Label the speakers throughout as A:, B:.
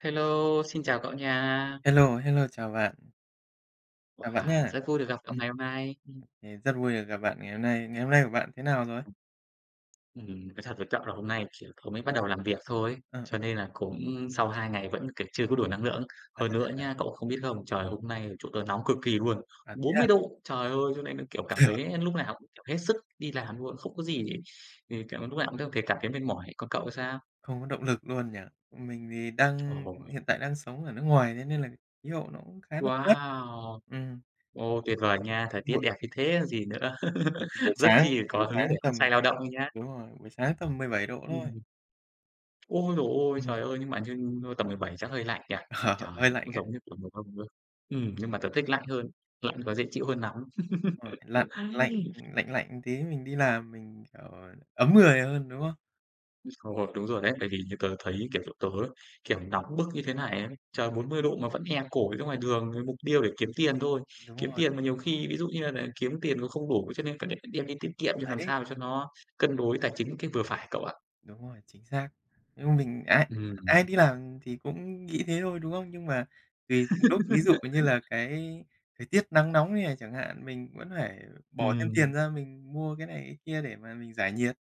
A: Hello, xin chào cậu nha.
B: Hello, hello, chào bạn
A: Wow,
B: nha.
A: rất vui được gặp cậu
B: Ừm,
A: ngày hôm nay.
B: thì rất vui được gặp bạn ngày hôm nay. Ngày hôm nay của bạn thế nào rồi?
A: Nói thật với cậu là hôm nay, chỉ tớ mới bắt
B: Ừm,
A: đầu làm việc thôi,
B: ờ, ờ,
A: cho nên là cũng sau 2 ngày vẫn, kiểu, chưa có đủ năng lượng. Hơn nữa nha. Cậu không biết không, trời, hôm nay chỗ tớ nóng cực kỳ luôn,
B: à,
A: bốn
B: thế à?
A: mươi độ, trời ơi, cho nên là, kiểu, cảm thấy lúc nào cũng, kiểu, hết sức đi làm luôn, không có gì thì, kiểu, lúc nào cũng thấy cảm thấy mệt mỏi. Còn cậu sao?
B: Không có động lực luôn nhỉ? Mình thì
A: Ồ,
B: đang hiện tại đang sống ở nước ngoài, thế nên là khí hậu nó cũng khá là mát.
A: wow!
B: Ừm,
A: Ô, tuyệt vời nha, thời tiết
B: buổi
A: đẹp như thế còn gì nữa.
B: buổi
A: Rất
B: sáng
A: chi
B: buổi
A: có hứng
B: sáng
A: để hăng
B: tầm
A: say lao động nha.
B: Đúng rồi, buổi sáng tầm 17 độ thôi.
A: Ôi giời ôi!
B: Ừ.
A: Trời ơi, nhưng mà như tầm 17 chắc hơi lạnh nhỉ?
B: Ờ,
A: Trời,
B: hơi lạnh
A: cũng
B: á,
A: giống như kiểu mùa đông luôn. Nhưng mà tớ thích lạnh hơn, lạnh có dễ chịu hơn nóng.
B: đúng rồi, lạnh lạnh,
A: Ai,
B: lạnh lạnh tí mình đi làm mình, kiểu, ấm người hơn, đúng không?
A: Ồ, đúng rồi đấy, bởi vì như tớ thấy, kiểu, chỗ tớ ấy, kiểu, nóng bức như thế này ấy, trời 40 độ mà vẫn e cổ ra ngoài đường với mục tiêu để kiếm tiền thôi. Kiếm tiền mà
B: Đúng
A: nhiều
B: rồi,
A: khi ví dụ như là kiếm tiền còn không đủ, cho nên phải đem đi tiết kiệm cho làm
B: đấy.
A: sao cho nó cân đối tài chính cái vừa phải cậu ạ.
B: Đúng rồi, chính xác. Nhưng mình ai
A: Ừm,
B: ai đi làm thì cũng nghĩ thế thôi, đúng không? Nhưng mà tùy từng lúc, ví dụ như là cái thời tiết nắng nóng như này chẳng hạn, mình vẫn phải bỏ thêm tiền
A: ừm,
B: ra mình mua cái này cái kia để mà mình giải nhiệt,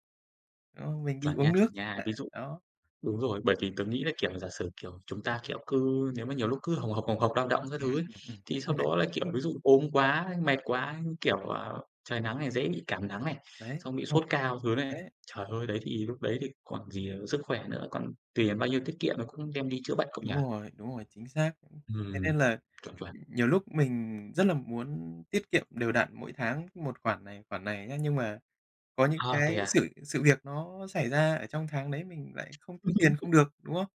B: đúng không? Mình đi
A: chuẩn
B: uống
A: nha,
B: nước
A: chuẩn
B: chẳng
A: nha. Ví
B: hạn,
A: dụ
B: đó.
A: Đúng rồi, bởi vì tớ nghĩ là, kiểu, giả sử, kiểu, chúng ta, kiểu, cứ nếu mà nhiều lúc cứ hồng hộc, lao động các thứ ấy,
B: Đúng
A: thì sau
B: rồi đấy,
A: đó là, kiểu, ví dụ ốm quá, mệt quá, kiểu, à, trời nắng này dễ bị cảm nắng này,
B: đấy,
A: xong bị
B: đúng rồi.
A: sốt cao thứ này.
B: Đấy,
A: Trời ơi, đấy thì lúc đấy thì còn gì là sức khỏe nữa, còn tiền bao nhiêu tiết kiệm nó cũng đem đi chữa bệnh cậu nhỉ?
B: đúng rồi, chính xác. Thế
A: Ừm,
B: nên là
A: chuẩn, chuẩn.
B: nhiều lúc mình rất là muốn tiết kiệm đều đặn mỗi tháng một khoản này nhá, nhưng mà có những
A: À, thế
B: cái sự
A: à?
B: sự việc nó xảy ra ở trong tháng đấy mình lại không tiêu tiền không được, đúng không?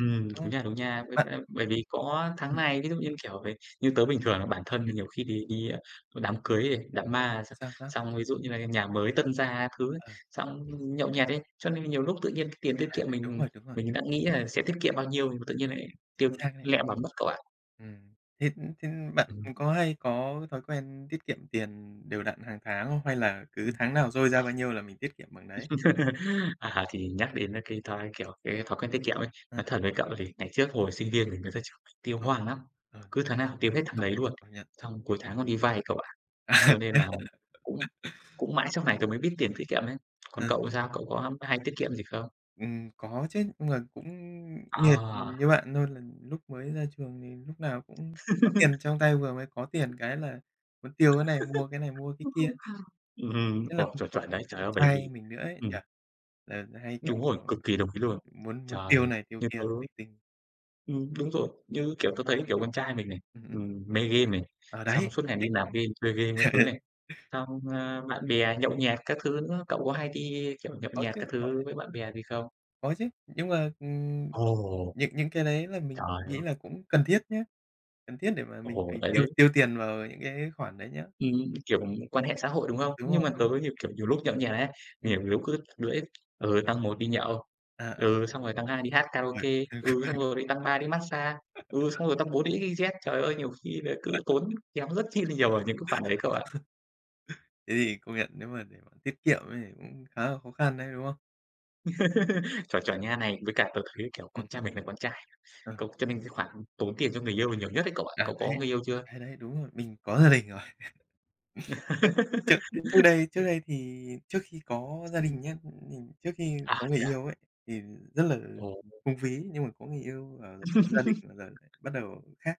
B: Đúng không?
A: Đúng nha, đúng nha.
B: Bạn
A: Bởi vì có tháng
B: ừm,
A: này, ví dụ như, kiểu, về như tớ bình thường là bản thân
B: ừm,
A: thì nhiều khi đi đi, ơ, đám cưới này, đám ma x
B: sao, sao?
A: xong ví dụ như là nhà mới tân gia các thứ ấy,
B: Ờ,
A: xong nhậu nhẹt ấy, cho nên nhiều lúc tự nhiên cái tiền tiết
B: à,
A: kiệm mình
B: đúng rồi,
A: mình đã nghĩ là sẽ tiết kiệm bao nhiêu, nhưng mà tự nhiên lại
B: chính
A: tiêu
B: xác đấy.
A: lẹ bả mất cậu ạ.
B: Thế thế bạn
A: Ừm,
B: có hay có thói quen tiết kiệm tiền đều đặn hàng tháng không? Hay là cứ
A: ừm.
B: tháng nào dôi ra bao nhiêu là mình tiết kiệm bằng đấy?
A: À, thì nhắc đến cái thói, kiểu, cái thói quen tiết kiệm ấy,
B: Ờ,
A: nói thật với cậu thì ngày trước hồi sinh viên thì người ta chửi mình tiêu
B: ờ,
A: hoang lắm,
B: ờ,
A: cứ
B: đấy,
A: tháng nào tiêu hết tháng
B: công
A: đấy
B: nhận,
A: luôn,
B: công nhận.
A: xong cuối tháng còn đi vay cậu ạ. Cho nên là cũng cũng mãi sau này tôi mới biết tiền tiết kiệm ấy. Còn cậu thì sao? Cậu có hay tiết kiệm gì không?
B: Có chứ, nhưng mà cũng y hệt
A: À,
B: như bạn thôi, là lúc mới ra trường thì lúc nào cũng có tiền trong tay, vừa mới có tiền cái là muốn tiêu cái này, mua cái này, mua cái kia. Nhất là
A: ồ,
B: con
A: chuẩn,
B: con
A: chuẩn đấy. Trời
B: con
A: ơi, bởi
B: trai
A: vì
B: mình nữa ấy nhỉ,
A: ừm,
B: là hay, kiểu,
A: đúng rồi, cực kỳ đồng ý luôn.
B: muốn muốn tiêu
A: Trời,
B: này tiêu
A: như
B: kia
A: tớ
B: linh tinh.
A: đúng rồi, như,
B: Ừm,
A: kiểu, tớ thấy, kiểu, con trai mình này,
B: ừm.
A: mê game này,
B: Ờ, đấy,
A: xong suốt ngày đi
B: đấy,
A: nạp game, chơi game các thứ này, xong, a, bạn bè nhậu nhẹt các thứ nữa. Cậu có hay đi, kiểu, nhậu
B: có
A: nhẹt
B: chứ,
A: các
B: có
A: thứ
B: đấy,
A: với bạn bè gì không?
B: có chứ. Nhưng mà,
A: Ồ,
B: những cái đấy là mình
A: trời ơi,
B: nghĩ là cũng cần thiết nhá, cần thiết để mà mình
A: ồ,
B: mình
A: đấy,
B: tiêu
A: đấy.
B: tiêu tiền vào những cái khoản đấy nhá.
A: Kiểu, quan hệ xã hội, đúng không?
B: Đúng rồi,
A: Nhưng mà tớ
B: đúng rồi.
A: thì, kiểu, nhiều lúc nhậu nhẹt ấy,
B: Ừm,
A: nhiều lúc cứ lưỡi ừ, tăng một đi nhậu,
B: à, à,
A: ừ, xong rồi tăng 2 đi hát karaoke,
B: uầy.
A: ừ, xong rồi lại tăng 3 đi mát-xa, ừ, xong rồi tăng 4 đi xyz. Trời ơi, nhiều khi là cứ tốn kém rất chi là nhiều ở những cái khoản đấy cậu ạ.
B: Thế thì công nhận nếu mà để mà tiết kiệm ấy thì cũng khá là khó khăn đấy, đúng không?
A: Chuẩn, chuẩn nha này, với cả tớ thấy, kiểu, con
B: Ừm.
A: trai mình là con trai,
B: Ờ,
A: cậu cho nên cái khoản tốn tiền cho người yêu là nhiều nhất đấy cậu ạ.
B: à,
A: Cậu
B: đấy,
A: có người yêu chưa?
B: đấy, đấy, đúng rồi, mình có gia đình rồi. Trước trước trước đây thì trước khi có gia đình nhá, mình trước khi
A: À,
B: có người
A: thế à?
B: yêu ấy, thì rất là
A: Ồ.
B: phung phí, nhưng mà có người yêu và rồi có gia đình và giờ lại bắt đầu khác,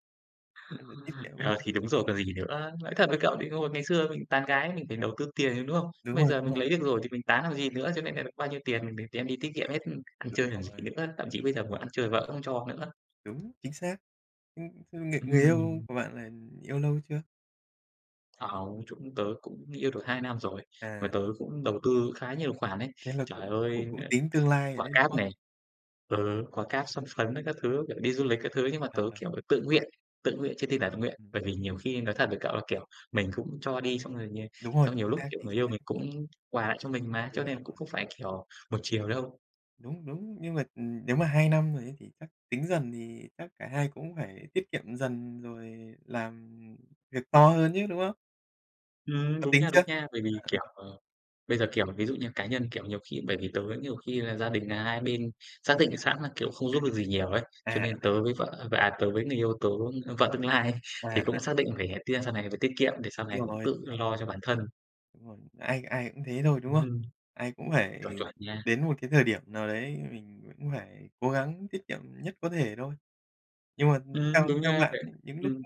B: nên là tiết kiệm hơn.
A: Ờ, thì đúng rồi còn gì nữa. Nói thật với cậu thì hồi ngày xưa mình tán gái mình phải đầu tư tiền chứ, đúng không?
B: Đúng
A: Bây
B: rồi,
A: giờ
B: đúng
A: mình
B: rồi,
A: lấy được rồi thì mình tán làm gì nữa, cho nên là bao nhiêu tiền mình để đem đi tiết kiệm hết, ừ, ăn
B: đúng
A: chơi làm gì
B: rồi,
A: nữa, thậm chí bây giờ muốn ăn chơi vợ không cho nữa.
B: đúng, chính xác. Ưm, thế người người yêu
A: Ừm,
B: của bạn là yêu lâu chưa?
A: hông, chỗ tớ cũng yêu được 2 năm rồi, mà
B: À,
A: tớ cũng đầu tư khá nhiều khoản đấy.
B: thế là
A: Trời
B: cũng cũng
A: ơi,
B: cũng
A: ờ,
B: tính tương lai rồi
A: quả
B: đấy, đúng
A: cáp
B: không?
A: này Ừ, có cáp son phấn với các thứ, kiểu, đi du lịch các thứ, nhưng mà
B: À.
A: tớ, kiểu, tự nguyện chứ tin là tự nguyện.
B: Ừm,
A: Bởi vì nhiều khi nói thật với cậu là, kiểu, mình cũng cho đi xong rồi nhiều
B: đúng rồi,
A: xong nhiều lúc, kiểu,
B: chính
A: người yêu
B: xác,
A: mình cũng quà lại cho mình mà,
B: đúng
A: cho nên cũng
B: rồi,
A: không phải, kiểu, một chiều đâu.
B: đúng, đúng. Nhưng mà, nếu mà 2 năm rồi ấy thì chắc tính dần thì chắc cả hai cũng phải tiết kiệm dần rồi làm việc to hơn chứ, đúng không? Có tính
A: Đúng
B: chưa?
A: nha, bởi vì,
B: À,
A: kiểu, ờ, bây giờ, kiểu, ví dụ như cá nhân, kiểu, nhiều khi bởi vì tớ nhiều khi là gia đình là hai bên xác định sẵn là, kiểu, không giúp được gì nhiều ấy, cho
B: à,
A: nên tớ với người yêu tớ, vợ tương lai ấy,
B: à,
A: thì
B: à,
A: cũng xác định phải, à, tiền sau này phải tiết kiệm để sau này
B: đúng
A: cũng
B: rồi, đúng
A: tự
B: rồi,
A: lo cho bản thân.
B: đúng rồi. Ai ai cũng thế thôi, đúng không?
A: Ừm.
B: Ai cũng phải
A: Chuẩn, chuẩn nha.
B: đến một cái thời điểm nào đấy mình cũng phải cố gắng tiết kiệm nhất có thể thôi. Nhưng mà theo
A: Đúng
B: theo
A: nha
B: bạn
A: bạn.
B: ấy, những lúc,
A: Ừm.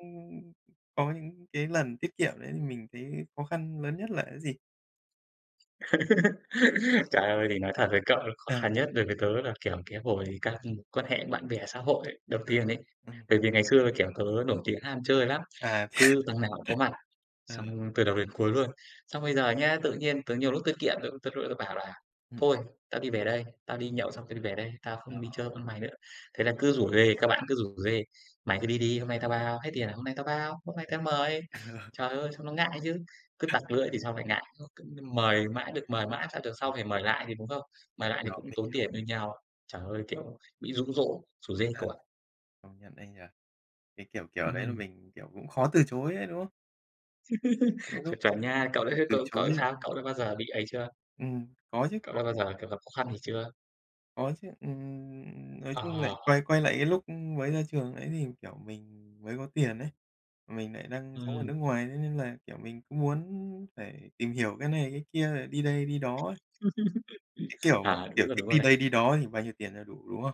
B: có những cái lần tiết kiệm đấy thì mình thấy khó khăn lớn nhất là cái gì?
A: Trời ơi, thì nói thật với cậu là khó
B: À.
A: khăn nhất đối với tớ là, kiểu, cái hồi các mối quan hệ bạn bè xã hội đầu
B: Ừm,
A: tiên ấy.
B: ừm,
A: Bởi vì ngày xưa, kiểu, tớ nổi tiếng ham chơi lắm,
B: à,
A: cứ thằng nào cũng có mặt.
B: ờ,
A: Xong từ đầu đến cuối luôn. Xong bây giờ nhá, tự nhiên tớ nhiều lúc tớ kiện, tớ tớ tớ bảo là
B: Ừm.
A: "Thôi, tao đi về đây, tao đi nhậu xong tao đi về đây, tao không
B: Hiểu,
A: đi chơi với mày nữa." Thế là cứ rủ rê, các bạn cứ rủ rê: "Mày cứ đi đi, hôm nay tao bao, hết tiền là hôm nay tao bao, hôm nay tao mời." Trời ơi, xong nó ngại chứ, cứ tặc lưỡi thì sau lại ngại, cứ mời mãi được mời mãi, sao được sau
B: ừm,
A: phải mời lại thì đúng không?
B: hiểu,
A: Mời lại thì
B: hiểu,
A: cũng
B: mình
A: tốn
B: hiểu,
A: tiền như nhau. Trời ơi, kiểu, bị dụ dỗ, rủ rê
B: à,
A: cậu ạ.
B: công nhận đấy nhỉ? Cái kiểu kiểu đấy là
A: Ừm,
B: mình, kiểu, cũng khó từ chối ấy, đúng không? Có lúc
A: chuẩn chuẩn nha. Cậu đã
B: từ từ
A: cậu
B: chối
A: cậu
B: lại
A: sao? Cậu đã bao giờ bị ấy chưa?
B: có chứ,
A: Cậu
B: có
A: đã bao
B: chứ,
A: giờ, kiểu, gặp khó khăn gì chưa?
B: có chứ, nói chung lại
A: Ờ,
B: quay quay lại cái lúc mới ra trường ấy thì, kiểu, mình mới có tiền ấy, mình lại đang sống ở nước
A: ừm,
B: ngoài thế nên là, kiểu, mình cũng muốn phải tìm hiểu cái này cái kia, rồi đi đây đi đó ấy, cái kiểu mà,
A: à,
B: kiểu, thích
A: đúng rồi
B: đi
A: đấy.
B: đây đi đó thì bao nhiêu tiền là đủ, đúng không?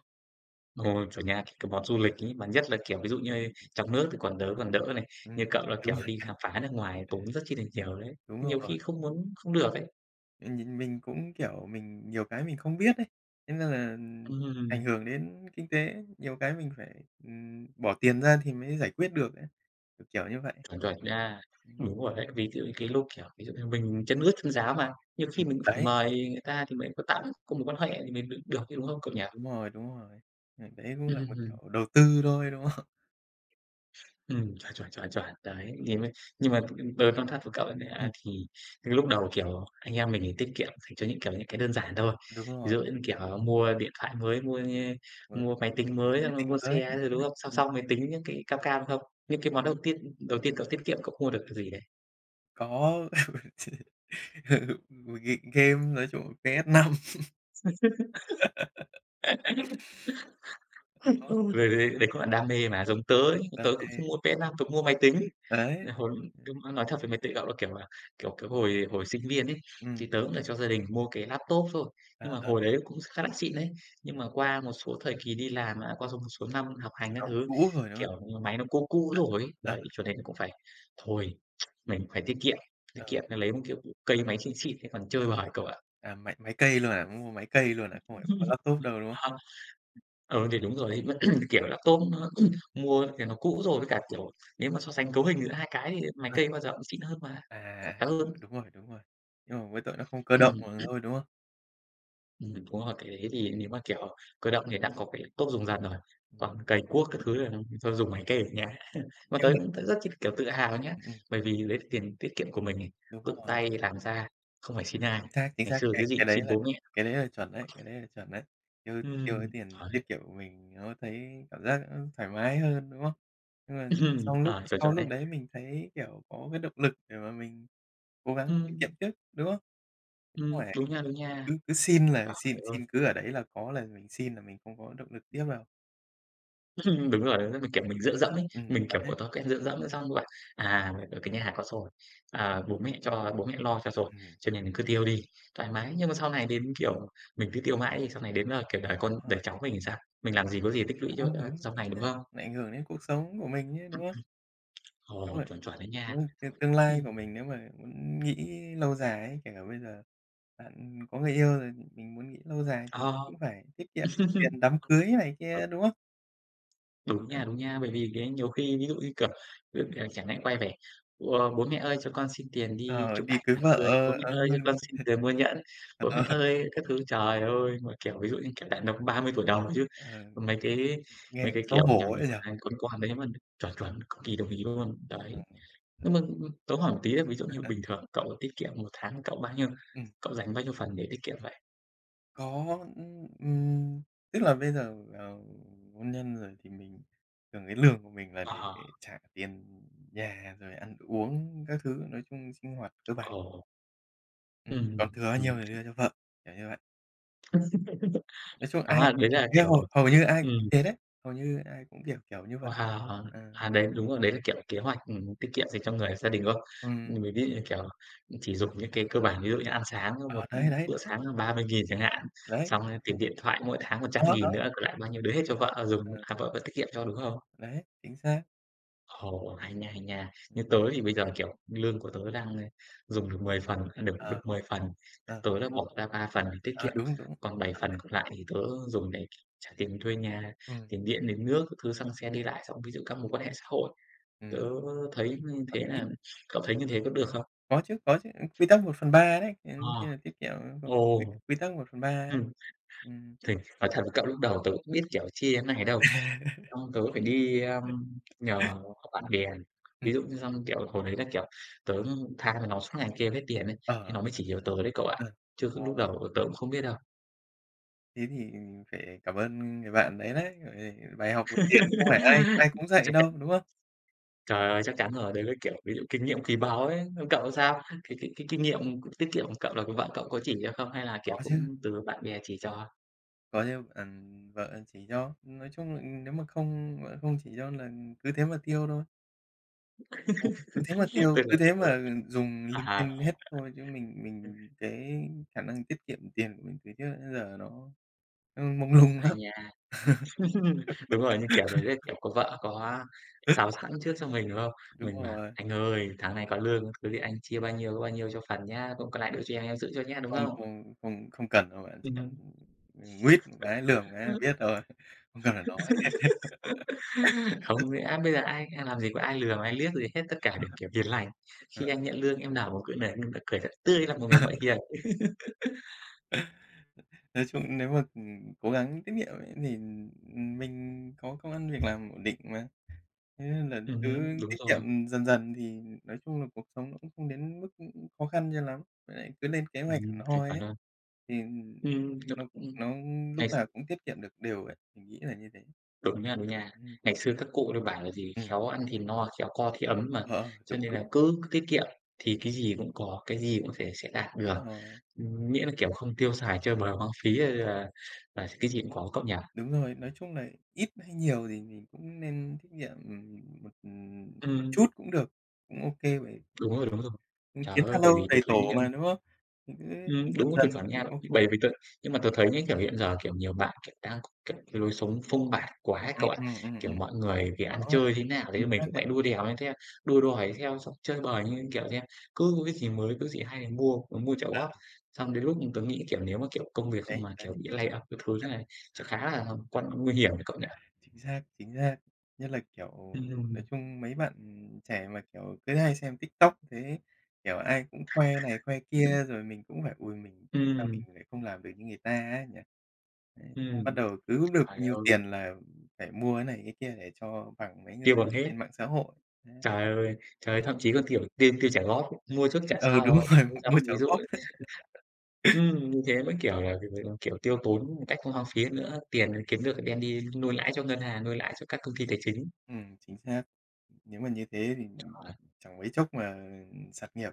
A: Ồ, chuẩn nha, cái món du lịch ấy, mà nhất là, kiểu, ví dụ như trong nước thì còn đỡ này,
B: Ừm,
A: như
B: ừm,
A: cậu là,
B: đúng
A: kiểu, đi
B: rồi,
A: khám phá nước ngoài tốn rất chi là nhiều đấy,
B: đúng
A: nhiều
B: rồi.
A: khi không muốn không được ấy.
B: Nhìn mình cũng, kiểu, mình nhiều cái mình không biết ấy, thế nên là, ảnh
A: Ừm,
B: hưởng đến kinh tế, nhiều cái mình phải, bỏ tiền ra thì mới giải quyết được á, kiểu, kiểu như vậy.
A: chuẩn, chuẩn nha.
B: Ừm,
A: Đúng rồi đấy, ví dụ như cái lúc, kiểu, ví dụ như mình chân ướt chân ráo mà, nhiều khi mình cũng phải
B: đấy,
A: mời người ta thì mới có tạo có mối quan hệ thì mới được được chứ, đúng không cậu nhỉ?
B: đúng rồi, đấy cũng là một
A: Ừm.
B: kiểu đầu tư thôi, đúng không?
A: Chuẩn, đấy,
B: Ừm.
A: thì mới nhưng mà tớ nói thật với cậu ấy nà thì cái lúc đầu, kiểu, anh em mình thì tiết kiệm dành cho những, kiểu, những cái đơn giản thôi.
B: Đúng
A: Ví
B: rồi,
A: dụ như, kiểu, mua điện thoại mới,
B: mới
A: mua máy tính mới,
B: mối
A: xong rồi
B: tính
A: mua
B: mới,
A: xe rồi, đúng không? Song
B: ừm,
A: song mới tính những cái cam cam không? Những cái món đầu tiên cậu tiết kiệm cậu mua được cái gì đấy?
B: có ừ, g game nói chung là ps năm đó,
A: Rồi đấy đấy cũng là đam mê mà, giống
B: ừm,
A: tớ ấy,
B: đam
A: tớ cũng
B: mê,
A: không mua PS5, tớ mua máy tính.
B: đấy,
A: Ờ, hồi đúng, nói thật với mấy tụi cậu là, kiểu, cái hồi hồi sinh viên ấy,
B: ừm,
A: thì tớ cũng là cho gia đình mua cái laptop thôi,
B: ờ,
A: nhưng mà
B: ờ,
A: hồi đấy cũng khá là xịn đấy. Nhưng mà qua một số thời kỳ đi làm đã, qua s một số năm học hành các
B: nó cũng
A: thứ,
B: cũ rồi, đúng không?
A: kiểu, máy nó cũ cũ rồi ấy,
B: Ờ,
A: đấy, cho nên cũng phải thôi mình phải tiết
B: ờ.
A: kiệm là lấy một cái cây máy xịn xịn thế còn chơi bời cậu ạ.
B: À, máy máy cây luôn à? Mua máy cây luôn à? Không phải mua laptop đâu, đúng không?
A: À, ừ, thì đúng rồi, vẫn kiểu laptop nó mua thì nó cũ rồi, với cả, kiểu, nếu mà so sánh cấu hình giữa hai cái thì máy
B: Ờ.
A: cây bao giờ cũng xịn hơn mà,
B: À,
A: khỏe hơn.
B: đúng rồi, đúng rồi. Nhưng mà mỗi tội nó không cơ động
A: Ừm.
B: mà thôi, đúng không?
A: Đúng rồi, cái đấy thì nếu mà, kiểu, cơ động thì đã có cái tốt dùng dần rồi,
B: Ừm.
A: còn cày cuốc các thứ là thôi dùng máy cày ở nhà. Mà
B: Nhưng
A: tớ
B: mà
A: cũng tớ rất chi kiểu tự hào nhá,
B: ừm, ừm,
A: bởi vì đấy là tiền tiết kiệm của mình này,
B: đúng
A: tự
B: rồi,
A: tay làm ra, không phải xin ai.
B: chính xác, chính
A: Ngày
B: xác.
A: xưa
B: Cái
A: cái gì
B: cái
A: cũng
B: đấy
A: xin
B: là
A: bố mẹ.
B: cái đấy là chuẩn đấy, cái đấy là chuẩn đấy. Tiêu tiêu cái
A: Ừm,
B: tiền
A: đấy,
B: tiết kiệm của mình nó thấy cảm giác nó thoải mái hơn, đúng không? Nhưng mà sau lúc
A: ờ, chuẩn,
B: sau
A: chuẩn
B: lúc
A: đấy.
B: đấy mình thấy, kiểu, có cái động lực để mà mình cố gắng tiết kiệm
A: Ừm,
B: tiếp, đúng không? Không phải
A: đúng nha, đúng nha.
B: cứ cứ xin là
A: Trời
B: xin
A: ơi!
B: xin cứ ở đấy là có là mình xin là mình không có động lực tiếp đâu.
A: Đúng rồi, mình, kiểu, mình dựa dẫm ấy, mình, kiểu,
B: Đấy.
A: có thói quen dựa dẫm xong rồi, bảo: à, ở cái nhà hàng có rồi, à, bố mẹ lo cho rồi,
B: Ừm.
A: cho nên mình cứ tiêu đi, thoải mái.
B: thế
A: Nhưng mà sau này đến, kiểu, mình cứ tiêu mãi thì sau này đến, kiểu, đời con
B: Đó,
A: đời cháu mình thì sao? Mình làm gì có gì tích lũy cho,
B: đúng, đúng,
A: sau
B: chính
A: này, đúng
B: xác,
A: không?
B: nó ảnh hưởng đến cuộc sống của mình chứ, đúng
A: Ừm,
B: không? Đúng
A: ồ,
B: rồi,
A: chuẩn, chuẩn đấy nha.
B: nếu mà tương lai
A: Ừm,
B: của mình nếu mà muốn nghĩ lâu dài ấy, kể cả bây giờ bạn có người yêu rồi mình muốn nghĩ lâu dài thì
A: ờ.
B: cũng phải tiết kiệm tiền đám cưới này kia, đúng không?
A: Đúng
B: Ờ.
A: nha, đúng nha. Bởi
B: Ừm,
A: vì cái nhiều khi ví dụ như, kiểu, ví dụ, kiểu, chẳng hạn quay về, "Bố mẹ ơi, cho con xin tiền đi
B: Ờ,
A: chụp
B: đi
A: ảnh
B: cưới
A: đám
B: vợ,
A: cưới",
B: ờ,
A: "Bố mẹ
B: ờ,
A: ơi, cho con xin tiền mua nhẫn", "Bố
B: ờ,
A: mẹ ơi" các thứ. Trời ơi! Mà, kiểu, ví dụ như, kiểu, đàn ông 30 tuổi đầu chứ,
B: ờ,
A: mấy cái
B: nghe
A: mấy cái,
B: xấu
A: kiểu, nhỏ
B: hổ
A: nhỏ
B: ấy nhỉ?
A: này, con đấy mà chuẩn chuẩn, cực kỳ đồng ý luôn, đấy.
B: Ừm. Ờ,
A: Nhưng mà, tớ hỏi một tí là ví dụ như bình thường cậu tiết kiệm một tháng cậu bao nhiêu?
B: Ừm.
A: Cậu dành bao nhiêu phần để tiết kiệm vậy?
B: Có, tức là bây giờ, ờ, hôn nhân rồi thì mình thường cái lương của mình là để
A: Ờ,
B: trả tiền nhà rồi ăn uống các thứ, nói chung sinh hoạt cơ bản,
A: ồ, ừm,
B: còn thừa nhiều
A: ừm.
B: thì đưa cho vợ, kiểu như vậy. Nói chung
A: Đó,
B: ai
A: đấy là, kiểu
B: hầu hầu như ai
A: ừm.
B: cũng thế đấy, hầu như ai cũng, kiểu, kiểu như vậy.
A: Wow! À,
B: Ờ,
A: à, đấy, đúng rồi, đấy là, kiểu, kế hoạch, tiết kiệm dành cho người gia đình, đúng không?
B: ừm,
A: Nhưng mình ví dụ như, kiểu, chỉ dùng những cái cơ bản, ví dụ như ăn sáng có
B: ờ,
A: một,
B: đấy, đấy,
A: bữa
B: đấy,
A: sáng là 30.000 chẳng hạn,
B: đấy,
A: xong á tiền điện thoại mỗi tháng một trăm
B: đó, đó,
A: nghìn nữa, còn lại bao nhiêu đưa hết cho vợ dùng,
B: ờ,
A: à, vợ vẫn tiết kiệm cho, đúng không?
B: đấy, chính xác,
A: Ồ, hay nha, hay nha. Như tớ thì bây giờ, kiểu, lương của tớ đang, dùng được 10 phần, à, được
B: ờ.
A: được 10 phần,
B: Ờ,
A: tớ đã bỏ ra 3 phần để tiết
B: ờ,
A: kiệm,
B: đúng, đúng,
A: còn bảy
B: chuẩn
A: phần
B: đấy,
A: còn lại thì tớ dùng để trả tiền thuê nhà,
B: ừm,
A: tiền điện, tiền nước các thứ, xăng xe đi lại, xong ví dụ các mối quan hệ xã hội.
B: ừm,
A: Tớ thấy như
B: hợp
A: thế
B: lý.
A: là cậu thấy như thế có được không?
B: Có chứ, quy tắc 1/3 đấy, ờ, khi
A: Ờ.
B: là tiết kiệm có
A: Ồ,
B: quy quy tắc 1/3 ấy.
A: ừm,
B: Ừm,
A: thì nói thật với cậu lúc đầu tớ cũng biết, kiểu, chia thế này đâu, xong tớ phải đi, nhờ bạn bè,
B: ừm,
A: ví dụ như xong, kiểu, hồi đấy là, kiểu, tớ than với nó suốt ngày kêu hết tiền ấy, thì
B: ờ,
A: nó mới
B: sao,
A: chỉ hiểu
B: sao?
A: tớ đấy cậu ạ,
B: Ừ.
A: chứ
B: Ồ,
A: lúc đầu tớ cũng không biết đâu.
B: thế thì phải cảm ơn người bạn đấy đấy, bởi vì bài học về tiền không phải ai ai cũng dạy
A: Chắc
B: đâu,
A: chắn
B: đúng không?
A: trời ơi, chắc chắn rồi, đấy là, kiểu, ví dụ kinh nghiệm quý báu ấy, còn cậu sao? Cái kinh nghiệm tiết kiệm của cậu là của vợ cậu có chỉ cho không hay là,
B: Có
A: kiểu, cũng
B: chứ,
A: từ bạn bè chỉ cho?
B: có chứ, vợ chỉ cho, nói chung là nếu mà không vợ không chỉ cho là cứ thế mà tiêu thôi, ừ, cứ thế mà tiêu,
A: Tức là,
B: cứ thế mà
A: kiểu.
B: dùng linh
A: À,
B: tinh hết thôi chứ mình cái khả năng tiết kiệm tiền của mình từ trước đến giờ nó ừm, mông lung
A: hay
B: lắm,
A: nha. Đúng rồi, như kiểu đấy, đấy, kiểu, có vợ có sáo sẵn trước cho mình, đúng không?
B: đúng
A: Mình bảo:
B: rồi,
A: "Anh ơi, tháng này có lương các thứ thì anh chia bao nhiêu có bao nhiêu cho phần nhá, cũng còn lại đưa cho em giữ cho nhá", đúng
B: không
A: không?
B: không không không cần đâu bạn, chỉ cần,
A: Ừm.
B: nguýt một cái, lườm một cái là biết rồi, không cần phải nói.
A: Không nghĩa bây giờ ai ai làm gì có ai lừa mà ai liếc gì hết, tất cả đều, kiểu, hiền lành.
B: Ờ,
A: Khi anh nhận lương em nào cũng cười nở em đã cười thật tươi là một người vợ hiền.
B: nói chung nếu mà, cố gắng tiết kiệm ấy thì, mình có công ăn việc làm ổn định mà, thế nên là
A: Ừm,
B: cứ
A: đúng
B: tiết
A: rồi.
B: kiệm dần dần thì nói chung là cuộc sống nó cũng không đến mức, khó khăn cho lắm, với lại cứ lên kế hoạch hẳn
A: Chuẩn,
B: hoi
A: chuẩn
B: ấy,
A: luôn.
B: thì
A: Ừm,
B: nó
A: ừm.
B: nó lúc
A: Ngày
B: nào cũng tiết kiệm được đều ấy, mình nghĩ là như thế.
A: Đúng nha, đúng nha.
B: Ừm,
A: Ngày xưa các cụ đều bảo là gì?
B: ừm,
A: "Khéo ăn thì no, khéo co thì ấm" mà,
B: ờ,
A: cho
B: đúng,
A: nên là
B: đúng.
A: cứ tiết kiệm thì cái gì cũng có, cái gì cũng thể sẽ đạt được,
B: Đúng rồi,
A: miễn là, kiểu, không tiêu xài chơi bời hoang phí hay là cái gì cũng có cậu nhỉ?
B: đúng rồi, nói chung là ít hay nhiều thì mình cũng nên tiết kiệm, một, một
A: Ừm,
B: chút cũng được, cũng ok vậy.
A: đúng rồi, đúng rồi. Trời
B: Kiến tha
A: ơi,
B: lâu
A: bởi vì tớ
B: đầy
A: thấy
B: tổ
A: nhá.
B: mà, đúng không? Thì cứ
A: Đúng cái
B: dần
A: việc
B: dần
A: chuẩn nha.
B: cũng ok
A: Bởi vì tớ Nhưng mà tớ thấy những kiểu hiện giờ, kiểu, nhiều bạn, kiểu, đang có cái lối sống phông bạt quá ấy
B: kê.
A: cậu ạ. Kiểu, mọi người thì ăn
B: Đó,
A: chơi thế nào
B: chính
A: đấy mình
B: xác
A: cũng
B: đấy.
A: phải đua đèo như thế, đua đòi theo, xong chơi bời như,
B: Ừm.
A: kiểu, thế, cứ cái gì mới, cứ gì hay thì mua, mua trả
B: Ờ,
A: góp. Xong đến lúc tớ nghĩ, kiểu, nếu mà, kiểu, công việc
B: đấy,
A: mà,
B: đấy.
A: kiểu, bị lay off các thứ
B: À,
A: thế này chắc khá là nguy hiểm đấy cậu nhỉ?
B: chính xác, chính xác. Nhất là, kiểu,
A: Ừm,
B: nói chung mấy bạn trẻ mà, kiểu, cứ hay xem TikTok thế, kiểu, ai cũng khoe này khoe kia rồi mình cũng phải "Ôi, mình sao
A: ừm,
B: mình lại không làm được như người ta ấy nhỉ?" Đấy, xong
A: ừm,
B: bắt đầu cứ được bao
A: trời
B: nhiêu
A: ơi,
B: tiền là phải mua cái này cái kia để cho bằng mấy người
A: tiêu bằng
B: ở
A: hết.
B: trên mạng xã hội. Đấy.
A: Trời ơi, thậm chí còn, kiểu, tiêu tiêu trả góp, mua trước trả
B: Ừ,
A: sau
B: đúng
A: á,
B: rồi,
A: dám
B: mua trả
A: ví dụ.
B: góp.
A: Như thế mới, kiểu là, kiểu, tiêu tốn một cách không hoang phí nữa, tiền kiếm
B: Ừm.
A: được đem đi nuôi lãi cho ngân hàng, nuôi lãi cho các công ty tài chính.
B: Chính xác. Nếu mà như thế thì chẳng mấy chốc mà sạt nghiệp,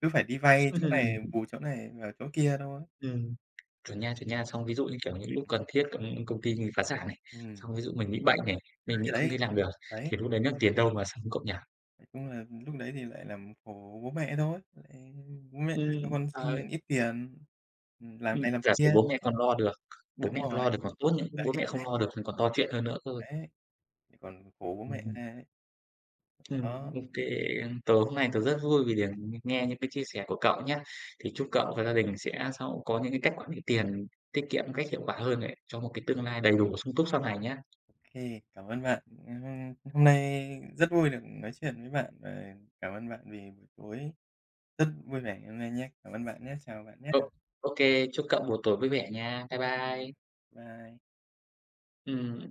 B: cứ phải đi vay chỗ này
A: Ừm,
B: bù chỗ này vào chỗ kia thôi.
A: ừm, chuẩn nha, chuẩn nha. Xong ví dụ như, kiểu, những lúc cần thiết công công ty mình phá sản này,
B: Ừm,
A: xong ví dụ mình bị bệnh này, mình
B: đấy,
A: bị không
B: đấy.
A: đi làm được,
B: Đấy,
A: thì lúc đấy là tiền đâu mà sắm cậu nhỉ?
B: nói chung là lúc đấy thì lại làm khổ bố mẹ thôi, lại bố mẹ cho con
A: Trời
B: xin ít tiền, làm
A: ừm,
B: này làm
A: giả sử
B: kia.
A: bố mẹ còn lo được, bố mẹ
B: Đúng rồi,
A: lo được còn tốt những
B: đấy,
A: bố mẹ không lo được thì còn to chuyện hơn nữa cơ.
B: đấy, lại còn khổ bố mẹ
A: Ừm.
B: ra đấy.
A: Ừm,
B: Đó,
A: ô Tối hôm nay tớ rất vui vì được nghe những cái chia sẻ của cậu nhé. Thì chúc cậu và gia đình sẽ sau có những cái cách quản lý tiền tiết kiệm một cách hiệu quả hơn để cho một cái tương lai đầy đủ sung túc sau này nhé.
B: OK, cảm ơn bạn. Hôm nay rất vui được nói chuyện với bạn và cảm ơn bạn vì buổi tối rất vui vẻ hôm nay nhé. Cảm ơn bạn nhé, chào bạn nhé.
A: Ô ô Chúc cậu buổi tối vui vẻ nha. Bye
B: Ừm,
A: bye.
B: bye.
A: Ừm.